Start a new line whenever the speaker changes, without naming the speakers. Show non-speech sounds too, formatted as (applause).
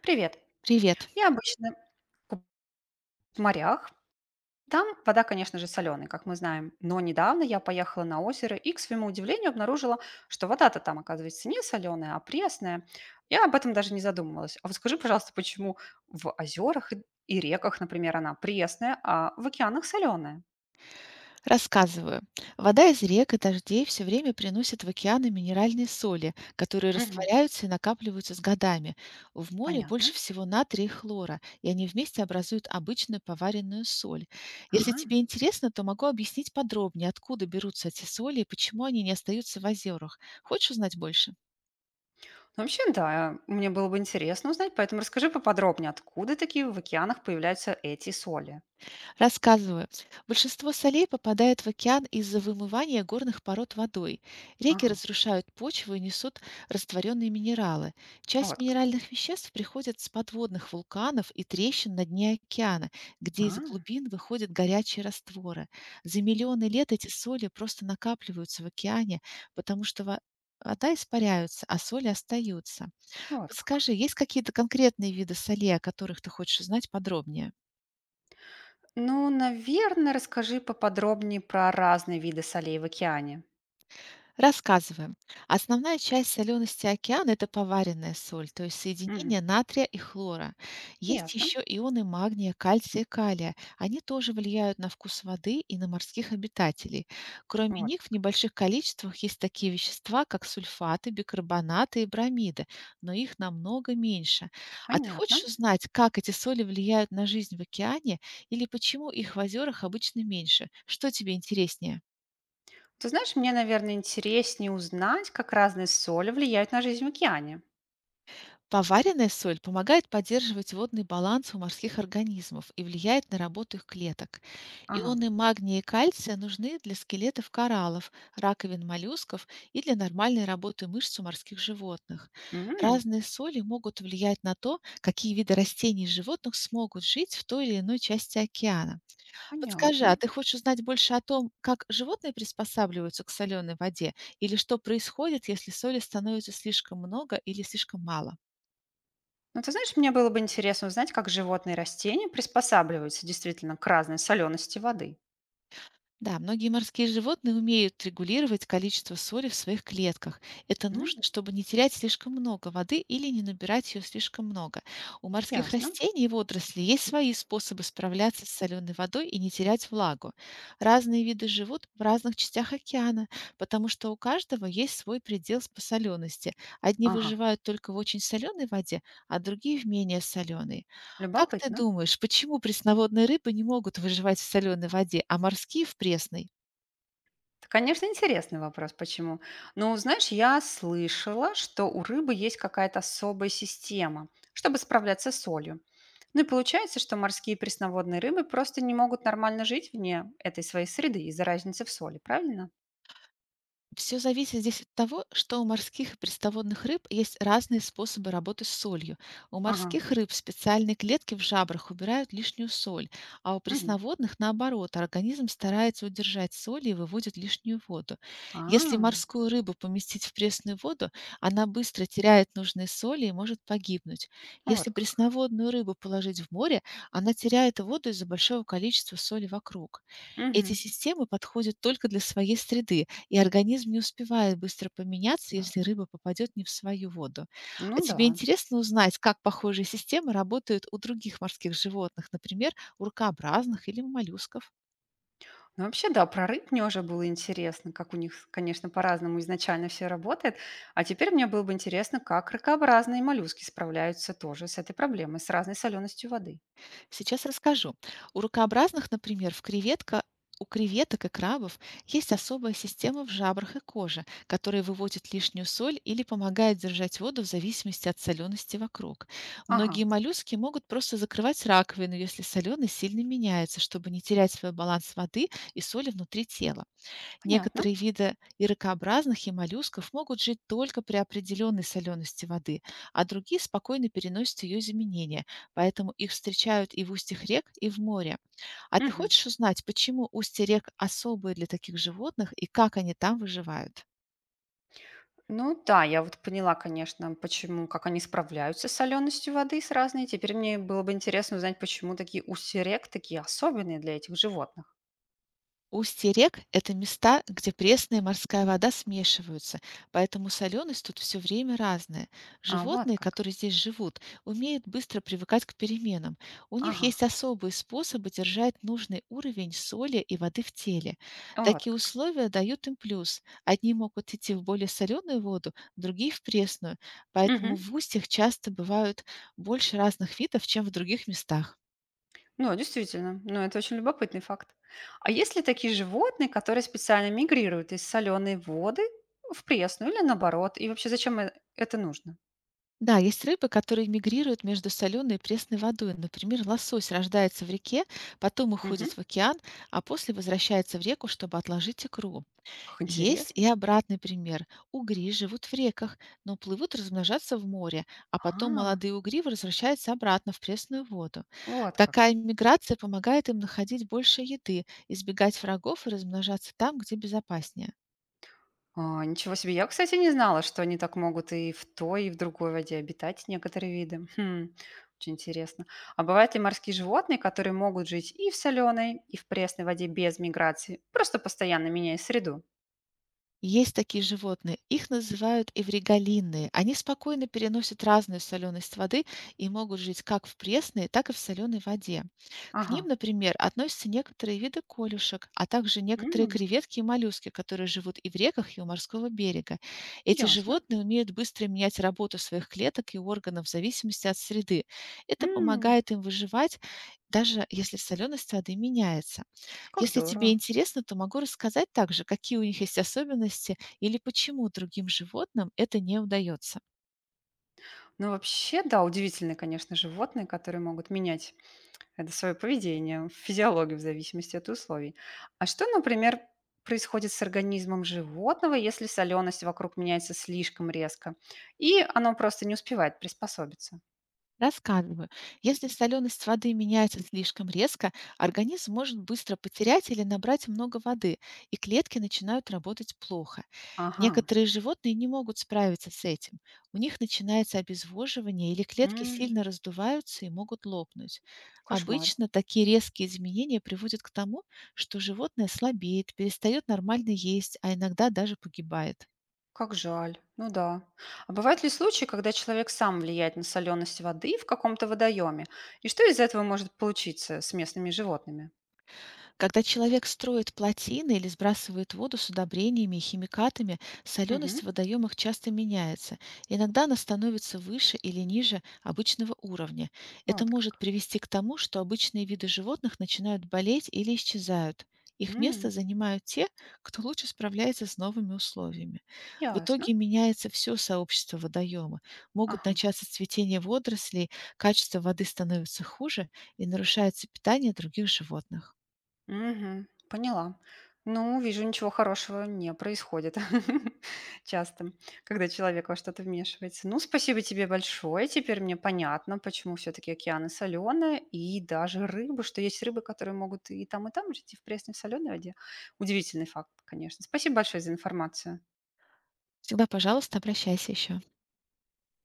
Привет.
Привет.
Я обычно куп- в морях. Там вода, конечно же, соленая, как мы знаем. Но недавно я поехала на озеро и, к своему удивлению, обнаружила, что вода-то там, оказывается, не соленая, а пресная. Я об этом даже не задумывалась. А вот скажи, пожалуйста, почему в озерах и реках, например, она пресная, а в океанах соленая?
Рассказываю. Вода из рек и дождей все время приносит в океаны минеральные соли, которые
Мгм.
растворяются и накапливаются с годами. В море
Понятно.
больше всего натрия и хлора, и они вместе образуют обычную поваренную соль. Если
Ага.
тебе интересно, то могу объяснить подробнее, откуда берутся эти соли и почему они не остаются в озерах. Хочешь узнать больше?
Ну, вообще, да, мне было бы интересно узнать, поэтому расскажи поподробнее, откуда такие в океанах появляются эти соли.
Рассказываю. Большинство солей попадает в океан из-за вымывания горных пород водой. Реки
Ага.
разрушают почву и несут растворенные минералы. Часть
Вот как.
минеральных веществ приходит с подводных вулканов и трещин на дне океана, где из
А,
глубин выходят горячие растворы. За миллионы лет эти соли просто накапливаются в океане, потому что вода испаряется, а соли остаются.
вот как.
Подскажи, есть какие-то конкретные виды солей, о которых ты хочешь узнать подробнее?
Ну, наверное, расскажи поподробнее про разные виды солей в океане.
Рассказываем. Основная часть солености океана — это поваренная соль, то есть
Мгм.
соединение натрия и хлора. Есть
Ясно.
еще ионы магния, кальция и калия. Они тоже влияют на вкус воды и на морских обитателей. Кроме
Вот
них, в
как.
небольших количествах есть такие вещества, как сульфаты, бикарбонаты и бромиды, но их намного меньше. А ты
Понятно.
хочешь узнать, как эти соли влияют на жизнь в океане или почему их в озерах обычно меньше? Что тебе интереснее?
Ты знаешь, мне, наверное, интереснее узнать, как разные соли влияют на жизнь в океане.
Поваренная соль помогает поддерживать водный баланс у морских организмов и влияет на работу их клеток.
Ага.
Ионы магния и кальция нужны для скелетов кораллов, раковин моллюсков и для нормальной работы мышц у морских животных.
М.
Разные соли могут влиять на то, какие виды растений и животных смогут жить в той или иной части океана. Подскажи,
Понятно.
а ты хочешь узнать больше о том, как животные приспосабливаются к соленой воде или что происходит, если соли становится слишком много или слишком мало?
Ну, ты знаешь, мне было бы интересно узнать, как животные и растения приспосабливаются действительно к разной солености воды.
Да, многие морские животные умеют регулировать количество соли в своих клетках. Это нужно,
М.
чтобы не терять слишком много воды или не набирать ее слишком много. У морских
Ясно.
растений и водорослей есть свои способы справляться с соленой водой и не терять влагу. Разные виды живут в разных частях океана, потому что у каждого есть свой предел по солености. Одни
Ага.
выживают только в очень соленой воде, а другие в менее соленой. Как ты
Любопытно.
думаешь, почему пресноводные рыбы не могут выживать в соленой воде, а морские в пресной?
Конечно, интересный вопрос, почему. Ну, знаешь, я слышала, что у рыбы есть какая-то особая система, чтобы справляться с солью. Ну и получается, что морские пресноводные рыбы просто не могут нормально жить вне этой своей среды из-за разницы в соли, правильно?
Все зависит здесь от того, что у морских и пресноводных рыб есть разные способы работы с солью. У
Ага.
морских рыб специальные клетки в жабрах убирают лишнюю соль, а у
Мгм.
пресноводных, наоборот, организм старается удержать соль и выводит лишнюю воду. Если
А,
морскую рыбу поместить в пресную воду, она быстро теряет нужные соли и может погибнуть.
вот
Если
как.
пресноводную рыбу положить в море, она теряет воду из-за большого количества соли вокруг. Эти
Мгм.
системы подходят только для своей среды, и организм не успевает быстро поменяться, если рыба попадет не в свою воду. А
Ну
тебе
да.
интересно узнать, как похожие системы работают у других морских животных, например, у ракообразных или у моллюсков?
Ну, вообще, да, про рыб мне уже было интересно, как у них, конечно, по-разному изначально все работает. А теперь мне было бы интересно, как ракообразные моллюски справляются тоже с этой проблемой, с разной соленостью воды.
Сейчас расскажу. У рукообразных, например, в креветка у креветок и крабов есть особая система в жабрах и коже, которая выводит лишнюю соль или помогает держать воду в зависимости от солености вокруг.
Ага,
Многие моллюски могут просто закрывать раковину, если соленость сильно меняется, чтобы не терять свой баланс воды и соли внутри тела.
понятно.
Некоторые виды и ракообразных, и моллюсков могут жить только при определенной солености воды, а другие спокойно переносят ее изменения, поэтому их встречают и в устьях рек, и в море. А ты
Мгм.
хочешь узнать, почему устья рек особые для таких животных и как они там выживают?
Ну да, я вот поняла, конечно, почему, как они справляются с соленостью воды с разной. Теперь мне было бы интересно узнать, почему такие усы рек такие особенные для этих животных.
Устья рек — это места, где пресная и морская вода смешиваются, поэтому соленость тут все время разная.
А вот
Животные,
как.
которые здесь живут, умеют быстро привыкать к переменам. У них
Ага,
есть особые способы держать нужный уровень соли и воды в теле.
вот
Такие
как.
условия дают им плюс. Одни могут идти в более соленую воду, другие — в пресную.
Мгм.
Поэтому в устьях часто бывают больше разных видов, чем в других местах.
Ну, действительно. Ну, это очень любопытный факт. А есть ли такие животные, которые специально мигрируют из соленой воды в пресную или наоборот? И вообще, зачем это нужно?
Да, есть рыбы, которые мигрируют между соленой и пресной водой. Например, лосось рождается в реке, потом уходит
Мгм.
в океан, а после возвращается в реку, чтобы отложить икру.
Как
Есть
интересно.
и обратный пример. Угри живут в реках, но плывут размножаться в море, а потом
А,
молодые угри возвращаются обратно в пресную воду.
вот как.
Такая миграция помогает им находить больше еды, избегать врагов и размножаться там, где безопаснее.
А, ничего себе. Я, кстати, не знала, что они так могут и в той, и в другой воде обитать некоторые виды. Хм, очень интересно. А бывают ли морские животные, которые могут жить и в соленой, и в пресной воде без миграции, просто постоянно меняя среду?
Есть такие животные. Их называют эвригалинные. Они спокойно переносят разную соленость воды и могут жить как в пресной, так и в соленой воде. К
Ага.
ним, например, относятся некоторые виды колюшек, а также некоторые
М.
креветки и моллюски, которые живут и в реках, и у морского берега. Эти
Ясно.
животные умеют быстро менять работу своих клеток и органов в зависимости от среды. Это
М,
помогает им выживать, даже если соленость воды меняется.
как
Если тебе
здорово.
интересно, то могу рассказать также, какие у них есть особенности или почему другим животным это не удается.
Ну, вообще, да, удивительные, конечно, животные, которые могут менять это свое поведение, физиологию в зависимости от условий. А что, например, происходит с организмом животного, если соленость вокруг меняется слишком резко, и оно просто не успевает приспособиться?
Рассказываю. Если соленость воды меняется слишком резко, организм может быстро потерять или набрать много воды, и клетки начинают работать плохо.
Ага.
Некоторые животные не могут справиться с этим. У них начинается обезвоживание, или клетки
М,
сильно раздуваются и могут лопнуть.
кошмар.
Обычно такие резкие изменения приводят к тому, что животное слабеет, перестает нормально есть, а иногда даже погибает.
Как жаль. Ну да. А бывают ли случаи, когда человек сам влияет на соленость воды в каком-то водоеме? И что из этого может получиться с местными животными?
Когда человек строит плотины или сбрасывает воду с удобрениями и химикатами,
Мгм.
соленость в водоемах часто меняется. Иногда она становится выше или ниже обычного уровня. Это
Вот
может
как.
привести к тому, что обычные виды животных начинают болеть или исчезают. Их место
М,
занимают те, кто лучше справляется с новыми условиями. В
ясно.
итоге меняется все сообщество водоема. Могут
Ага.
начаться цветение водорослей, качество воды становится хуже и нарушается питание других животных.
Мгм. Поняла. Ну, вижу, ничего хорошего не происходит (laughs) часто, когда человек во что-то вмешивается. Ну, спасибо тебе большое. Теперь мне понятно, почему все-таки океаны соленые и даже рыбы, что есть рыбы, которые могут и там жить, и в пресной, и в соленой воде. Удивительный факт, конечно. Спасибо большое за информацию.
Всегда, пожалуйста, обращайся еще.